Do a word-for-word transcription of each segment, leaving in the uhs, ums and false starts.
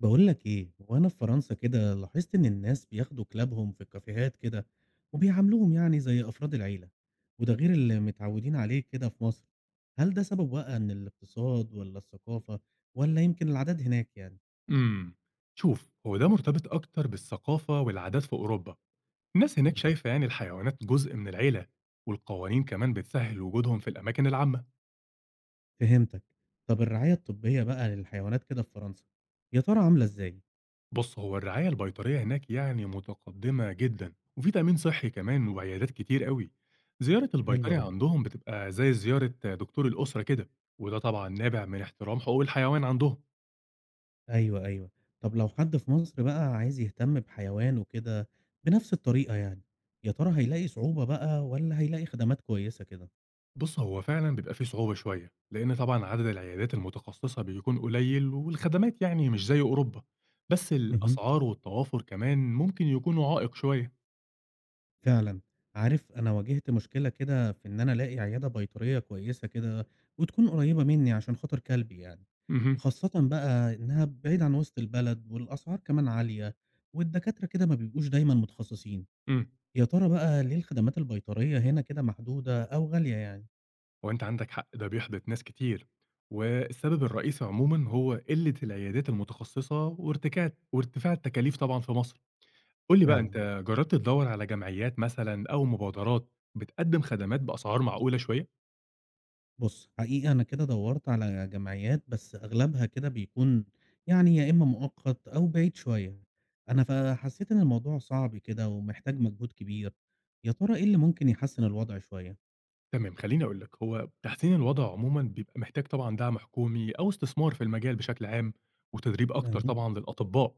بقول لك ايه، وانا في فرنسا كده لاحظت ان الناس بياخدوا كلابهم في الكافيهات كده، وبيعاملوهم يعني زي افراد العيله. وده غير اللي متعودين عليه كده في مصر. هل ده سبب بقى ان الاقتصاد ولا الثقافه، ولا يمكن العادات هناك يعني؟ امم، شوف هو ده مرتبط أكتر بالثقافة والعادات في أوروبا، الناس هناك مم. شايفة يعني الحيوانات جزء من العيلة، والقوانين كمان بتسهل وجودهم في الأماكن العامة، فهمتك. طب الرعايه الطبيه بقى للحيوانات كده في فرنسا، يا ترى عامله ازاي؟ بص هو الرعاية البيطرية هناك يعني متقدمة جدا، وفي تأمين صحي كمان وعيادات كتير قوي، زيارة حلو البيطري قوي. عندهم بتبقى زي زيارة دكتور الأسرة كده، وده طبعا نابع من احترام حقوق الحيوان عندهم. ايوه ايوه. طب لو حد في مصر بقى عايز يهتم بحيوانه كده بنفس الطريقه يعني، يا ترى هيلاقي صعوبه بقى ولا هيلاقي خدمات كويسه كده؟ بُص، هو فعلًا بيبقى في صعوبة شوية، لإن طبعًا عدد العيادات المتخصصة بيكون قليل والخدمات يعني مش زي أوروبا، بس اهم، الأسعار والتوافر كمان ممكن يكونوا عائق شوية. فعلًا. عارف، أنا واجهت مشكلة كده في إن أنا ألاقي عيادة بيطرية كويسة كده وتكون قريّبة منّي عشان خاطر كلبي يعني، اهم، خاصةً بقى إنها بعيدة عن وسط البلد، والأسعار كمان عالية، والدكاترة كده ما بيبقوش دايمًا متخصصين. إمم، يا ترى بقى ليه الخدمات البيطرية هنا كده محدودة أو غالية يعني؟ هو أنت عندك حق ده بيحبط ناس كتير، والسبب الرئيسي عمومًا هو قلة العيادات المتخصصة وارتكاع وارتفاع التكاليف طبعًا في مصر. قُل لي بقى فعلًا. أنت جربت تدوّر على جمعيات مثلًا أو مبادرات بتقدم خدمات بأسعار معقولة شوية؟ بُص، حقيقي أنا كده دوّرت على جمعيات، بس أغلبها كده بيكون يعني يا إما مؤقت أو بعيد شوية. أنا فحسّيت إن الموضوع صعب كده ومحتاج مجهود كبير. يا ترى إيه اللي ممكن يحسّن الوضع شوية؟ تمام خليني أقول لك هو تحسين الوضع عمومًا بيبقى محتاج طبعًا دعم حكومي أو استثمار في المجال بشكل عام، وتدريب أكتر اهم، طبعًا للأطباء.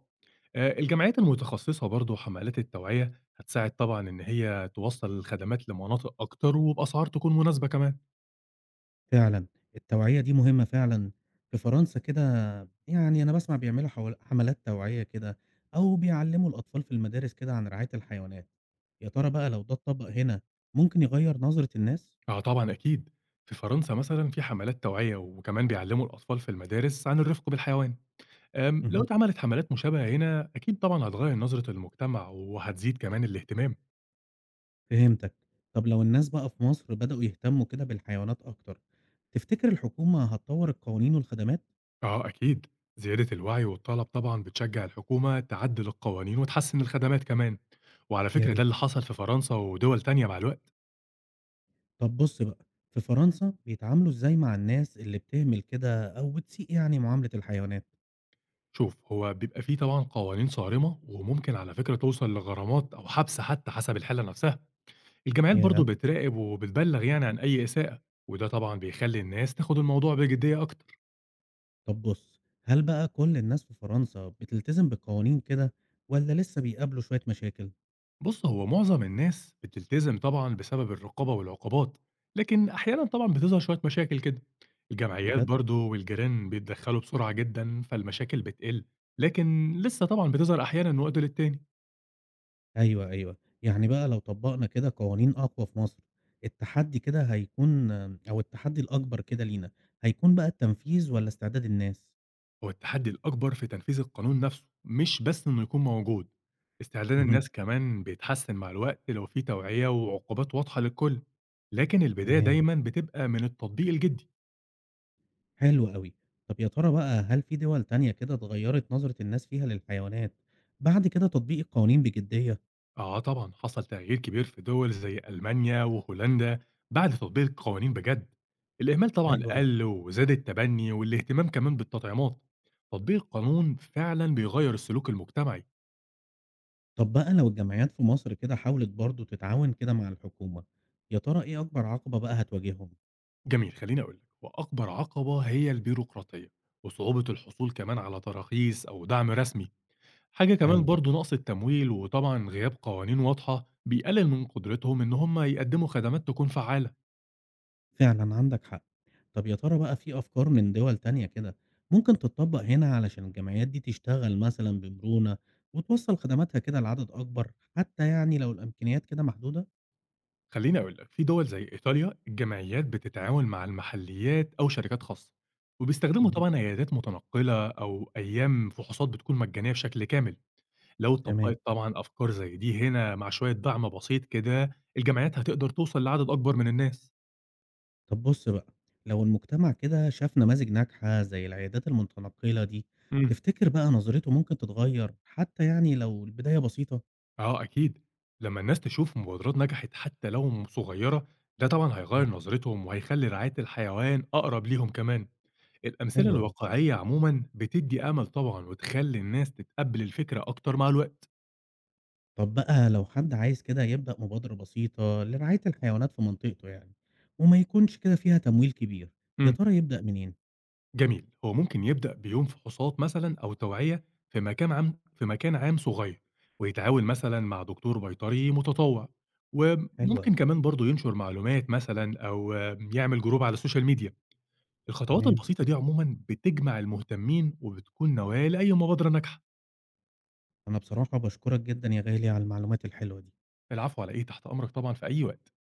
آآ الجمعيات المتخصصة برضه وحملات التوعية هتساعد طبعًا إن هي توصّل الخدمات لمناطق أكتر وبأسعار تكون مناسبة كمان. فعلًا، التوعية دي مهمة فعلًا. في فرنسا كده، يعني أنا باسمع بيعملوا حول حملات توعية كده، أو بيعلّموا الأطفال في المدارس كده عن رعاية الحيوانات. يا ترى بقى لو ده اتطبّق هنا، ممكن يغيّر نظرة الناس؟ آه طبعًا أكيد، في فرنسا مثلًا في حملات توعية وكمان بيعلّموا الأطفال في المدارس عن الرفق بالحيوان. آمم لو اهم. اتعملت حملات مشابهة هنا أكيد طبعًا هتغيّر نظرة المجتمع وهتزيد كمان الاهتمام. فهمتك. طب لو الناس بقى في مصر بدأوا يهتموا كده بالحيوانات أكتر، تفتكر الحكومة هتطور القوانين والخدمات؟ آه أكيد، زيادة الوعي والطلب طبعًا بتشجّع الحكومة تعدّل القوانين وتحسّن الخدمات كمان، وعلى يا فكرة ده ريت. اللي حصل في فرنسا ودول تانية مع الوقت، طب بص بقى، في فرنسا بيتعاملوا إزاي مع الناس اللي بتهمل كده أو بتسيء يعني معاملة الحيوانات؟ شوف هو بيبقى في طبعًا قوانين صارمة وممكن على فكرة توصل لغرامات أو حبس حتى حسب الحالة نفسها، الجمعيات برضه يا بتراقب وبتبلّغ يعني عن أي إساءة، وده طبعًا بيخلّي الناس تاخد الموضوع بجدية أكتر. طب بص، هل بقى كل الناس في فرنسا بتلتزم بالقوانين كده، ولا لسه بيقابلوا شوية مشاكل؟ بُص، هو معظم الناس بتلتزم طبعًا بسبب الرقابة والعقوبات، لكن أحيانًا طبعًا بتظهر شوية مشاكل كده. الجمعيات بجد؟ برضه والجيران بيتدخّلوا بسرعة جدًا، فالمشاكل بتقِل، لكن لسه طبعًا بتظهر أحيانًا من وقت للتاني. أيوه، أيوه. يعني بقى لو طبّقنا كده قوانين أقوى في مصر، التحدي كده هيكون أو التحدي الأكبر كده لينا، هيكون بقى التنفيذ والّا استعداد الناس؟ هو التحدي الأكبر في تنفيذ القانون نفسه، مش بس إنه يكون موجود. استعداد اهم، الناس كمان بيتحسن مع الوقت لو في توعية وعقوبات واضحة للكل، لكن البداية تمام، دايمًا بتبقى من التطبيق الجدي. حلو أوي. طَب يا ترى بقى هل في دول تانية كده اتغيّرت نظرة الناس فيها للحيوانات بعد كده تطبيق القوانين بجدية؟ آه طبعًا، حصل تغيير كبير في دول زي ألمانيا وهولندا بعد تطبيق القوانين بجد، الإهمال طبعًا حلو أوي. قل وزاد التبني والاهتمام كمان بالتطعيمات، تطبيق القانون فعلًا بيغير السلوك المجتمعي. طَب بقى لو الجمعيات في مصر كده حاولت برضه تتعاون كده مع الحكومة، يا ترى إيه أكبر عقبة بقى هتواجههم؟ جميل، خليني أقول لك، وأكبر عقبة هي البيروقراطية وصعوبة الحصول كمان على تراخيص أو دعم رسمي، حاجة كمان أيوه. برضه نقص التمويل وطبعًا غياب قوانين واضحة بيقلل من قدرتهم إن هم يقدموا خدمات تكون فعالة. فعلًا عندك حق. طب يا ترى بقى في أفكار من دول تانية كده ممكن تتطبّق هنا علشان الجمعيات دي تشتغل مثلًا بمرونة وتوصّل خدماتها كده لعدد أكبر، حتى يعني لو الإمكانيات كده محدودة؟ خليني أقول لك، في دول زي إيطاليا الجمعيات بتتعاون مع المحليات أو شركات خاصة، وبيستخدموا اهم، طبعًا عيادات متنقلة أو أيام فحوصات بتكون مجانية بشكل كامل، لو تمام. اتطبقت طبعًا أفكار زي دي هنا مع شوية دعم بسيط كده الجمعيات هتقدر توصل لعدد أكبر من الناس. طب بُص بقى، لو المجتمع كده شاف نماذج ناجحة زي العيادات المتنقلة دي، امم. تفتكر بقى نظرته ممكن تتغيّر حتى يعني لو البداية بسيطة؟ آه أكيد، لما الناس تشوف مبادرات نجحت حتى لو صغيرة ده طبعًا إمم، هيغير نظرتهم وهيخلي رعاية الحيوان أقرب ليهم كمان. الأمثلة حلو أوي. الواقعية عمومًا بتدّي أمل طبعًا وتخلّي الناس تتقبّل الفكرة أكتر مع الوقت. طب بقى لو حد عايز كده يبدأ مبادرة بسيطة لرعاية الحيوانات في منطقته يعني، وما يكونش كده فيها تمويل كبير، يا إمم. ترى يبدأ منين؟ جميل، هو ممكن يبدأ بيوم فحوصات مثلًا أو توعية في مكان عام في مكان عام صغير، ويتعاون مثلًا مع دكتور بيطري متطوع، حلو وممكن أوي. كمان برضه ينشر معلومات مثلًا أو آه، يعمل جروب على السوشيال ميديا. الخطوات تمام. البسيطة دي عمومًا بتجمع المهتمين وبتكون نواة لأي مبادرة ناجحة. أنا بصراحة بشكرك جدا يا غالي على المعلومات الحلوة دي. العفو على إيه، تحت أمرك طبعًا في أي وقت.